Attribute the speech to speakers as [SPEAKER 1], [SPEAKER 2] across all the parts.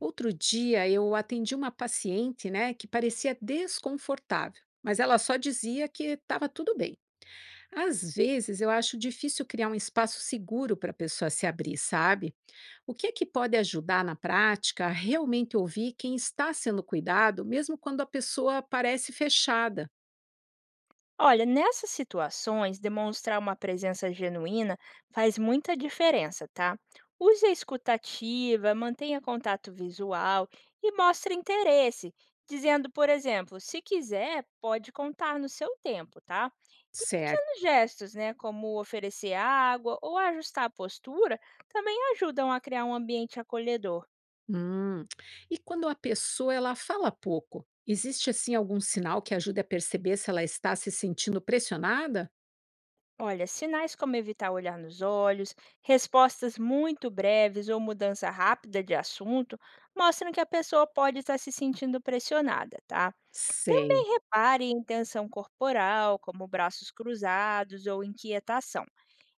[SPEAKER 1] Outro dia eu atendi uma paciente, né, que parecia desconfortável, mas ela só dizia que estava tudo bem. Às vezes eu acho difícil criar um espaço seguro para a pessoa se abrir, sabe? O que é que pode ajudar na prática a realmente ouvir quem está sendo cuidado, mesmo quando a pessoa parece fechada?
[SPEAKER 2] Olha, nessas situações, demonstrar uma presença genuína faz muita diferença, tá? Use a escutativa, mantenha contato visual e mostre interesse, dizendo, por exemplo, se quiser, pode contar no seu tempo, tá? E
[SPEAKER 1] Certo.
[SPEAKER 2] pequenos gestos, né, como oferecer água ou ajustar a postura, também ajudam a criar um ambiente acolhedor.
[SPEAKER 1] Hum. E quando a pessoa ela fala pouco, existe assim algum sinal que ajude a perceber se ela está se sentindo pressionada?
[SPEAKER 2] Olha, sinais como evitar olhar nos olhos, respostas muito breves ou mudança rápida de assunto mostram que a pessoa pode estar se sentindo pressionada, tá?
[SPEAKER 1] Sei.
[SPEAKER 2] Também repare em tensão corporal, como braços cruzados ou inquietação.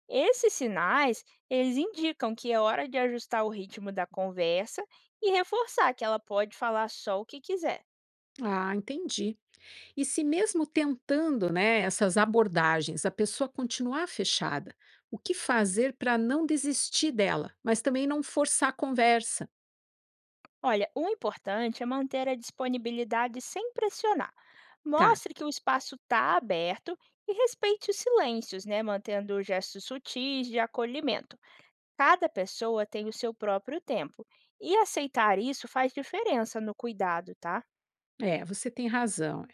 [SPEAKER 2] Esses sinais, eles indicam que é hora de ajustar o ritmo da conversa e reforçar que ela pode falar só o que quiser.
[SPEAKER 1] Ah, entendi. E se mesmo tentando, né, essas abordagens, a pessoa continuar fechada, o que fazer para não desistir dela, mas também não forçar a conversa?
[SPEAKER 2] Olha, o importante é manter a disponibilidade sem pressionar.
[SPEAKER 1] Tá,
[SPEAKER 2] Mostre que o espaço está aberto e respeite os silêncios, né? Mantendo gestos sutis de acolhimento. Cada pessoa tem o seu próprio tempo e aceitar isso faz diferença no cuidado, tá?
[SPEAKER 1] é, você tem razão. É.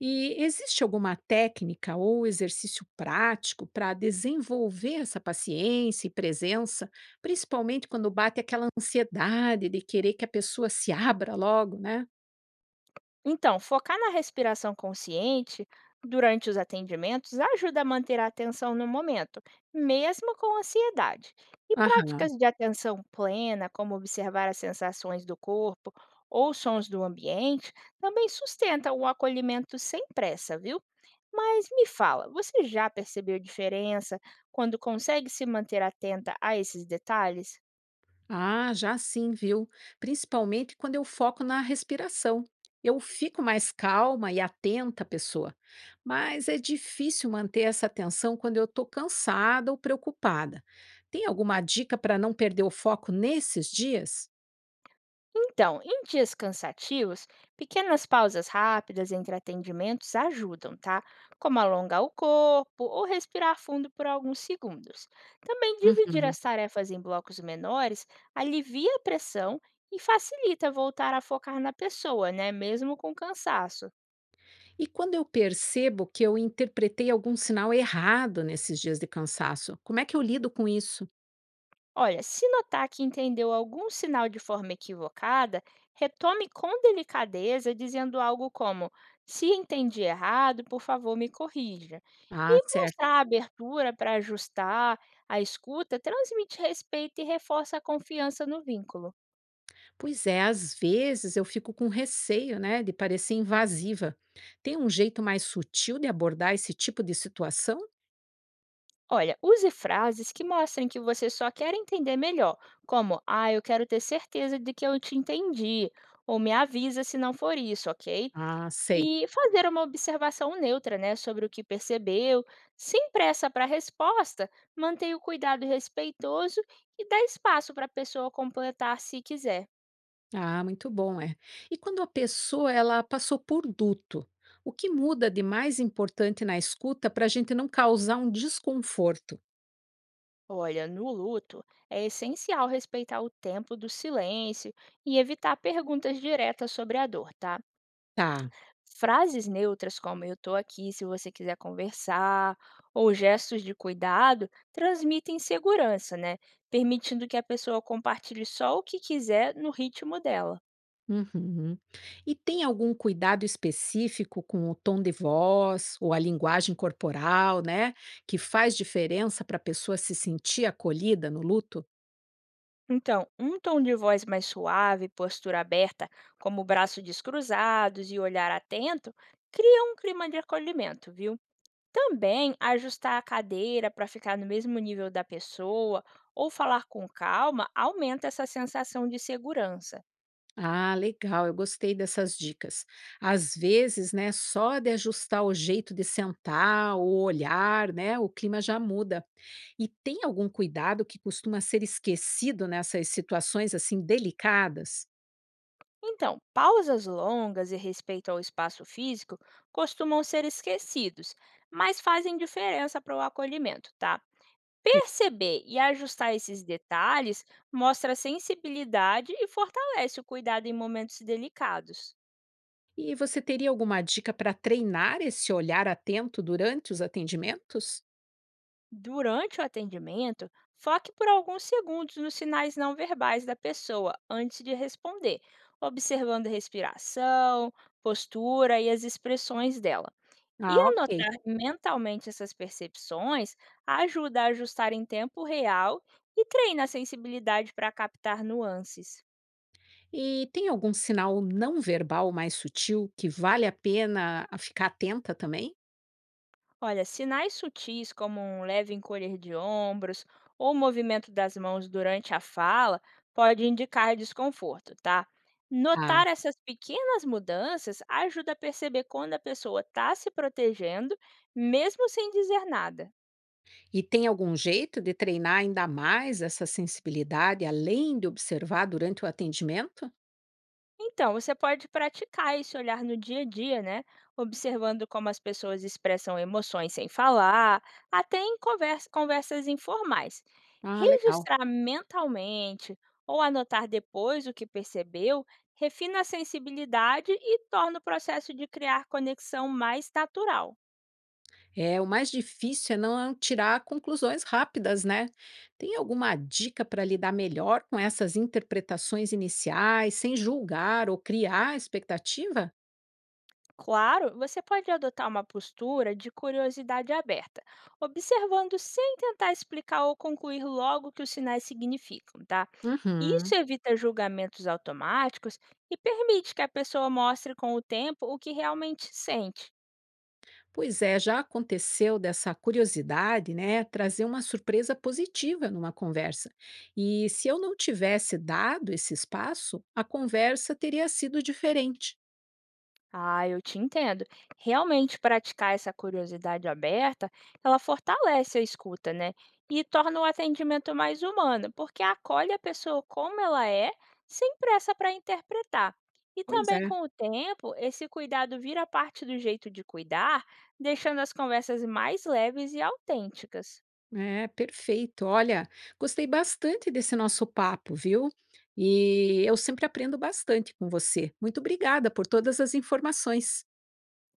[SPEAKER 1] E existe alguma técnica ou exercício prático para desenvolver essa paciência e presença, principalmente quando bate aquela ansiedade de querer que a pessoa se abra logo, né?
[SPEAKER 2] Então, focar na respiração consciente durante os atendimentos ajuda a manter a atenção no momento, mesmo com ansiedade. E
[SPEAKER 1] Aham.
[SPEAKER 2] práticas de atenção plena, como observar as sensações do corpo ou sons do ambiente, também sustentam o acolhimento sem pressa, viu? Mas me fala, você já percebeu diferença quando consegue se manter atenta a esses detalhes?
[SPEAKER 1] Ah, já sim, viu? Principalmente quando eu foco na respiração. Eu fico mais calma e atenta à pessoa, mas é difícil manter essa atenção quando eu estou cansada ou preocupada. Tem alguma dica para não perder o foco nesses dias?
[SPEAKER 2] Então, em dias cansativos, pequenas pausas rápidas entre atendimentos ajudam, tá? Como alongar o corpo ou respirar fundo por alguns segundos. Também dividir
[SPEAKER 1] Uhum.
[SPEAKER 2] as tarefas em blocos menores alivia a pressão e facilita voltar a focar na pessoa, né? Mesmo com cansaço.
[SPEAKER 1] E quando eu percebo que eu interpretei algum sinal errado nesses dias de cansaço, como é que eu lido com isso?
[SPEAKER 2] Olha, se notar que entendeu algum sinal de forma equivocada, retome com delicadeza, dizendo algo como: se entendi errado, por favor, me corrija.
[SPEAKER 1] Ah,
[SPEAKER 2] E mostrar
[SPEAKER 1] certo.
[SPEAKER 2] a abertura para ajustar a escuta transmite respeito e reforça a confiança no vínculo.
[SPEAKER 1] Pois é, às vezes eu fico com receio, né, de parecer invasiva. Tem um jeito mais sutil de abordar esse tipo de situação?
[SPEAKER 2] Olha, use frases que mostrem que você só quer entender melhor, como: ah, eu quero ter certeza de que eu te entendi, ou me avisa se não for isso, ok?
[SPEAKER 1] Ah, sei.
[SPEAKER 2] E fazer uma observação neutra, né, sobre o que percebeu, sem pressa para a resposta, mantenha o cuidado respeitoso e dá espaço para a pessoa completar se quiser.
[SPEAKER 1] Ah, muito bom, é. E quando a pessoa ela passou por luto, o que muda de mais importante na escuta para a gente não causar um desconforto?
[SPEAKER 2] Olha, no luto, é essencial respeitar o tempo do silêncio e evitar perguntas diretas sobre a dor, tá?
[SPEAKER 1] Tá.
[SPEAKER 2] Frases neutras como "eu estou aqui se você quiser conversar" ou gestos de cuidado transmitem segurança, né, permitindo que a pessoa compartilhe só o que quiser no ritmo dela.
[SPEAKER 1] Uhum. E tem algum cuidado específico com o tom de voz ou a linguagem corporal, né, que faz diferença para a pessoa se sentir acolhida no luto?
[SPEAKER 2] Então, um tom de voz mais suave, postura aberta, como braços descruzados e olhar atento, cria um clima de acolhimento, viu? Também ajustar a cadeira para ficar no mesmo nível da pessoa ou falar com calma aumenta essa sensação de segurança.
[SPEAKER 1] Ah, legal, eu gostei dessas dicas. Às vezes, né, só de ajustar o jeito de sentar, o olhar, né, o clima já muda. E tem algum cuidado que costuma ser esquecido nessas situações assim delicadas?
[SPEAKER 2] Então, pausas longas e respeito ao espaço físico costumam ser esquecidos, mas fazem diferença para o acolhimento, tá? Perceber e ajustar esses detalhes mostra sensibilidade e fortalece o cuidado em momentos delicados.
[SPEAKER 1] E você teria alguma dica para treinar esse olhar atento durante os atendimentos?
[SPEAKER 2] Durante o atendimento, foque por alguns segundos nos sinais não verbais da pessoa antes de responder, observando a respiração, postura e as expressões dela. E
[SPEAKER 1] Ah, ok.
[SPEAKER 2] anotar mentalmente essas percepções ajuda a ajustar em tempo real e treina a sensibilidade para captar nuances.
[SPEAKER 1] E tem algum sinal não verbal mais sutil que vale a pena a ficar atenta também?
[SPEAKER 2] Olha, sinais sutis como um leve encolher de ombros ou movimento das mãos durante a fala pode indicar desconforto, tá? Notar essas pequenas mudanças ajuda a perceber quando a pessoa está se protegendo, mesmo sem dizer nada.
[SPEAKER 1] E tem algum jeito de treinar ainda mais essa sensibilidade, além de observar durante o atendimento?
[SPEAKER 2] Então, você pode praticar esse olhar no dia a dia, né? Observando como as pessoas expressam emoções sem falar, até em conversas informais.
[SPEAKER 1] Ah, legal.
[SPEAKER 2] Registrar mentalmente ou anotar depois o que percebeu refina a sensibilidade e torna o processo de criar conexão mais natural.
[SPEAKER 1] É, o mais difícil é não tirar conclusões rápidas, né? Tem alguma dica para lidar melhor com essas interpretações iniciais, sem julgar ou criar expectativa?
[SPEAKER 2] Claro, você pode adotar uma postura de curiosidade aberta, observando sem tentar explicar ou concluir logo o que os sinais significam, tá? Isso
[SPEAKER 1] Uhum.
[SPEAKER 2] evita julgamentos automáticos e permite que a pessoa mostre com o tempo o que realmente sente.
[SPEAKER 1] Pois é, já aconteceu dessa curiosidade, né, trazer uma surpresa positiva numa conversa. E se eu não tivesse dado esse espaço, a conversa teria sido diferente.
[SPEAKER 2] Ah, eu te entendo. Realmente praticar essa curiosidade aberta, ela fortalece a escuta, né? E torna o atendimento mais humano, porque acolhe a pessoa como ela é, sem pressa para interpretar. E
[SPEAKER 1] Pois
[SPEAKER 2] também
[SPEAKER 1] é,
[SPEAKER 2] com o tempo, esse cuidado vira parte do jeito de cuidar, deixando as conversas mais leves e autênticas.
[SPEAKER 1] é perfeito. Olha, gostei bastante desse nosso papo, viu? E eu sempre aprendo bastante com você. Muito obrigada por todas as informações.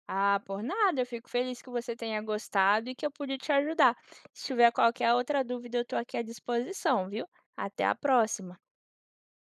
[SPEAKER 2] Ah, por nada, eu fico feliz que você tenha gostado e que eu pude te ajudar. Se tiver qualquer outra dúvida, eu estou aqui à disposição, viu? Até a próxima!